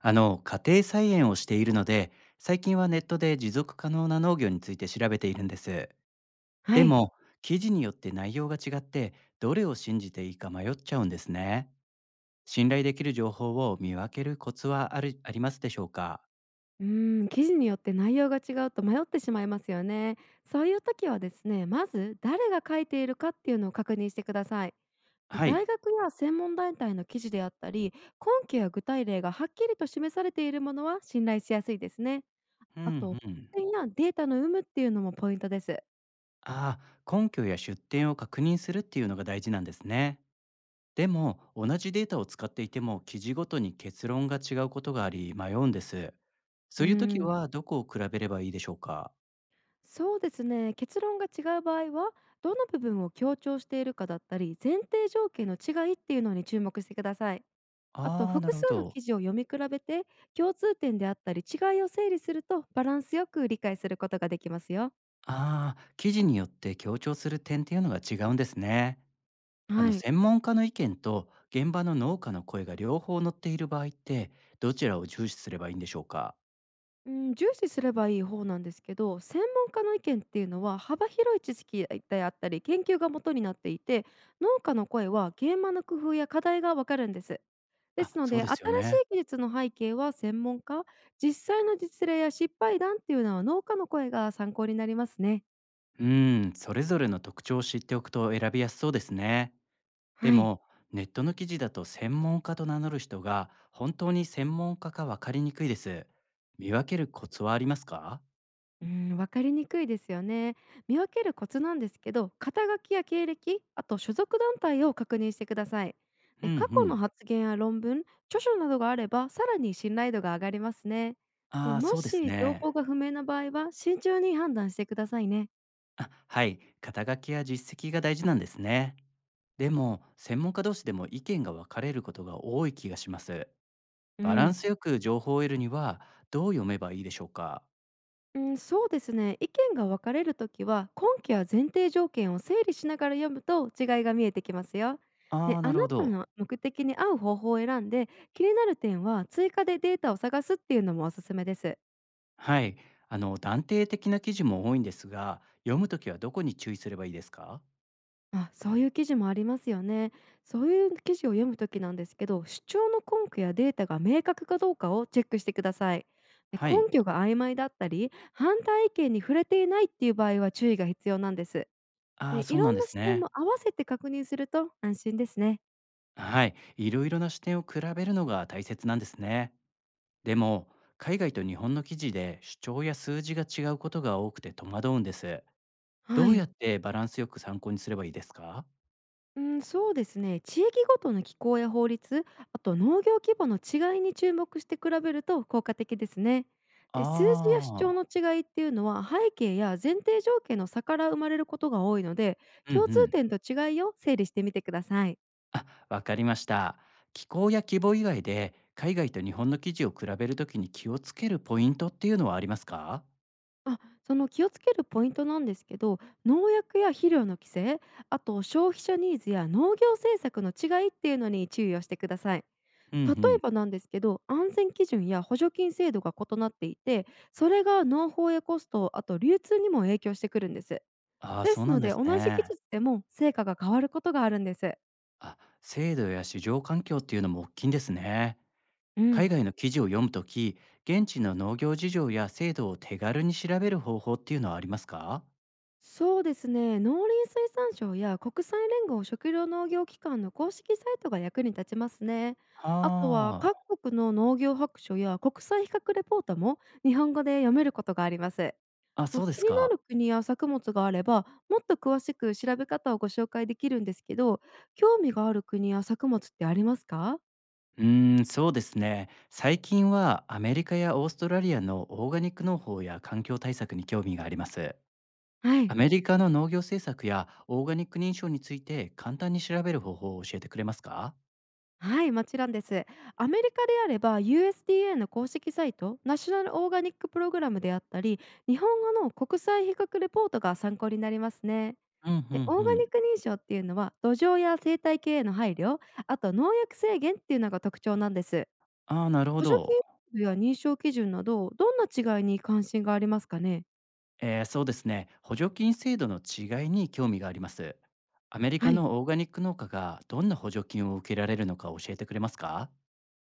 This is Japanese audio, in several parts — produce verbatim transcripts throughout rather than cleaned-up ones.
あの、家庭菜園をしているので、最近はネットで持続可能な農業について調べているんです。はでい。も、記事によって内容が違って、どれを信じていいか迷っちゃうんですね。信頼できる情報を見分けるコツはあるありますでしょうか？うーん、記事によって内容が違うと迷ってしまいますよね。そういう時はですね、まず誰が書いているかっていうのを確認してください。で、はい。大学や専門団体の記事であったり、根拠や具体例がはっきりと示されているものは信頼しやすいですね。うあと、んうん。点やデータの有無っていうのもポイントです。ああ、根拠や出典を確認するっていうのが大事なんですね。でも、同じデータを使っていても、記事ごとに結論が違うことがあり、迷うんです。うーそういう時ん、は、どこを比べればいいでしょうか？そうですね。結論が違う場合は、どの部分を強調しているかだったり、前提条件の違いっていうのに注目してください。あと、ああ、な複る数ほのど。記事を読み比べて、共通点であったり違いを整理するとバランスよく理解することができますよ。ああ、記事によって強調する点っていうのが違うんですね。あはの、い。専門家の意見と現場の農家の声が両方載っている場合って、どちらを重視すればいいんでしょうか？うん、重視すればいい方なんですけど、専門家の意見っていうのは幅広い知識であったり研究が元になっていて、農家の声は現場の工夫や課題がわかるんです。ですあ、のそうで、で新すよしね。い技術の背景は専門家、実際の実例や失敗談っていうのは農家の声が参考になりますね。うん、それぞれの特徴を知っておくと選びやすそうですね。ではい。も、ネットの記事だと専門家と名乗る人が本当に専門家か分かりにくいです。見分けるコツはありますか？うん、わかりにくいですよね。見分けるコツなんですけど、肩書きや経歴、あと所属団体を確認してください。うんで、う過去のん。発言や論文、著書などがあれば、さらに信頼度が上がりますね。で、ああ、もそうですし情報ね。が不明な場合は、慎重に判断してくださいね。あ、はい、肩書きや実績が大事なんですね。でも、専門家同士でも意見が分かれることが多い気がします。うバランん。スよく情報を得るには、どう読めばいいでしょうか？うん、そうですね。意見が分かれるときは、根拠や前提条件を整理しながら読むと違いが見えてきますよ。ああで、ー、あななるほたど。の目的に合う方法を選んで、気になる点は追加でデータを探すっていうのもおすすめです。はい、あの、断定的な記事も多いんですが、読むときはどこに注意すればいいですか？あ、そういう記事もありますよね。そういう記事を読むときなんですけど、主張の根拠やデータが明確かどうかをチェックしてください。で、はい、根拠が曖昧だったり、反対意見に触れていないっていう場合は注意が必要なんです。ああー、で、いそうろなんんでなす視点ね。も合わせて確認すると安心ですね。はい、いろいろな視点を比べるのが大切なんですね。でも、海外と日本の記事で主張や数字が違うことが多くて戸惑うんです。どはうやい。ってバランスよく参考にすればいいですか？うん、そうですね。地域ごとの気候や法律、あと農業規模の違いに注目して比べると効果的ですね。で、数字や主張のああ違いっていうのは背景や前提条件の差から生まれることが多いので、ー、う共んう通ん。点と違いを整理してみてください。あ、わかりました。気候や規模以外で、海外と日本の記事を比べるときに気をつけるポイントっていうのはありますか？あ、その気をつけるポイントなんですけど、農薬や肥料の規制、あと消費者ニーズや農業政策の違いっていうのに注意をしてください。うんう例えん。ばなんですけど、安全基準や補助金制度が異なっていて、それが農法やコスト、あと流通にも影響してくるんです。ああ、でそうすなのんでで、す同じ技ね。術でも成果が変わることがあるんです。あ、制度や市場環境っていうのもおっきいんですね。う海ん。外の記事を読むとき、現地の農業事情や制度を手軽に調べる方法っていうのはありますか？そうですね。農林水産省や国際連合食糧農業機関の公式サイトが役に立ちますね。あとははあ。各国の農業白書や国際比較レポートも日本語で読めることがあります。あ、もうそうで気すになか。る国や作物があれば、もっと詳しく調べ方をご紹介できるんですけど、興味がある国や作物ってありますか？うーん、そうですね。最近はアメリカやオーストラリアのオーガニック農法や環境対策に興味があります。はい。アメリカの農業政策やオーガニック認証について簡単に調べる方法を教えてくれますか？はい、もちろんです。アメリカであれば ユーエスディーエー の公式サイト、ナショナルオーガニックプログラムであったり、日本語の国際比較レポートが参考になりますね。うんうで、オんうーガニん。ック認証っていうのは土壌や生態系への配慮、あと農薬制限っていうのが特徴なんです。ああ、なるほ補助ど。金や認証基準など、どんな違いに関心がありますかね？えー、そうですね。補助金制度の違いに興味があります。アメリはカい。のオーガニック農家がどんな補助金を受けられるのか教えてくれますか？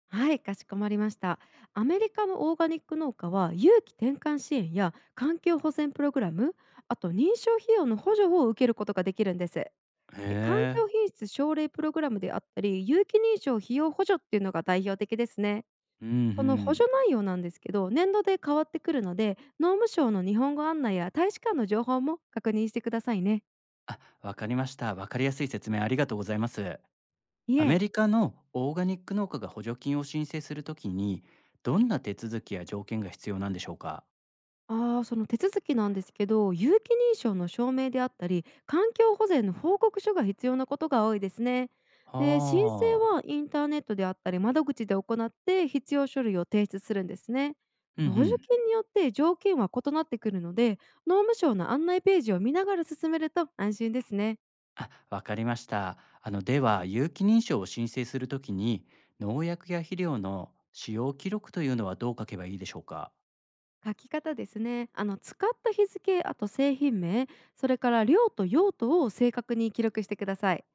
はい、かしこまりました。アメリカのオーガニック農家は有機転換支援や環境保全プログラム、あと認証費用の補助を受けることができるんです。で、へ環え。境品質奨励プログラムであったり、有機認証費用補助っていうのが代表的ですね。うんうその補助ん。内容なんですけど、年度で変わってくるので、農務省の日本語案内や大使館の情報も確認してくださいね。あ、わかりました。わかりやすい説明ありがとうございます。いアメえ、リカのオーガニック農家が補助金を申請するときに、どんな手続きや条件が必要なんでしょうか？ああ、その手続きなんですけど、有機認証の証明であったり、環境保全の報告書が必要なことが多いですね。で、申請はあ。はインターネットであったり、窓口で行って必要書類を提出するんですね。うんう補助ん。金によって条件は異なってくるので、農務省の案内ページを見ながら進めると安心ですね。あ、わかりました。あの、では、有機認証を申請するときに、農薬や肥料の使用記録というのはどう書けばいいでしょうか？書き方ですね。あの使った日付、あと製品名、それから量と用途を正確に記録してください。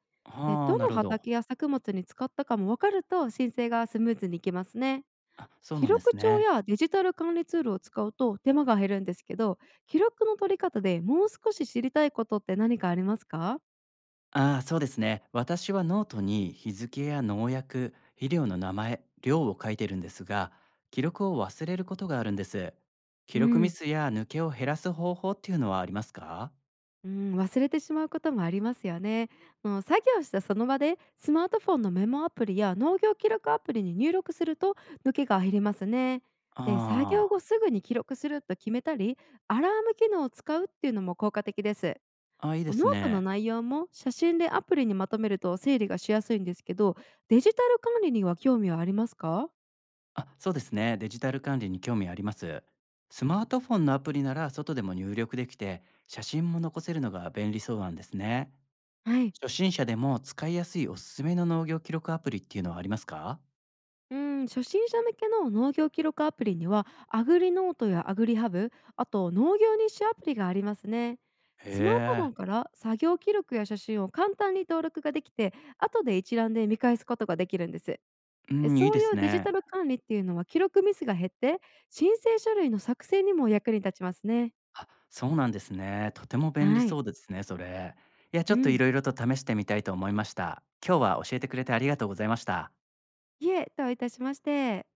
で、はあ、どなのるほど。畑や作物に使ったかも分かると申請がスムーズにいきますね。あ、そう記なんです録帳ね。やデジタル管理ツールを使うと手間が減るんですけど、記録の取り方でもう少し知りたいことって何かありますか？ああ、そうですね。私はノートに日付や農薬、肥料の名前、量を書いてるんですが、記録を忘れることがあるんです。記う録ミん、スや抜けを減らす方法っていうのはありますか？うん、忘れてしまうこともありますよね。もう作業したその場でスマートフォンのメモアプリや農業記録アプリに入力すると抜けが減りますね。で、作業あ後すぐに記録すると決めたりアラーム機能を使うっていうのも効果的です。あ、あ、いいでノーすトのね。内容も写真でアプリにまとめると整理がしやすいんですけど、デジタル管理には興味はありますか？あ、そうですね。デジタル管理に興味あります。スマートフォンのアプリなら外でも入力できて、写真も残せるのが便利そうなんですね。はい。初心者でも使いやすいおすすめの農業記録アプリっていうのはありますか？うん、初心者向けの農業記録アプリにはアグリノートやアグリハブ、あと農業日誌アプリがありますね。スマへートフォンから作業記録や写真を簡単に登録ができて、後で一覧で見返すことができるんです。え、うえん、いいそうでいすうデジね。タル管理っていうのは記録ミスが減って、申請書類の作成にも役に立ちますね。あ、そうなんですね。とても便利はい。そうですね、それ。いや、ちうょっといん。ろいろと試してみたいと思いました。今日は教えてくれてありがとうございました。いえ、どういたしまして。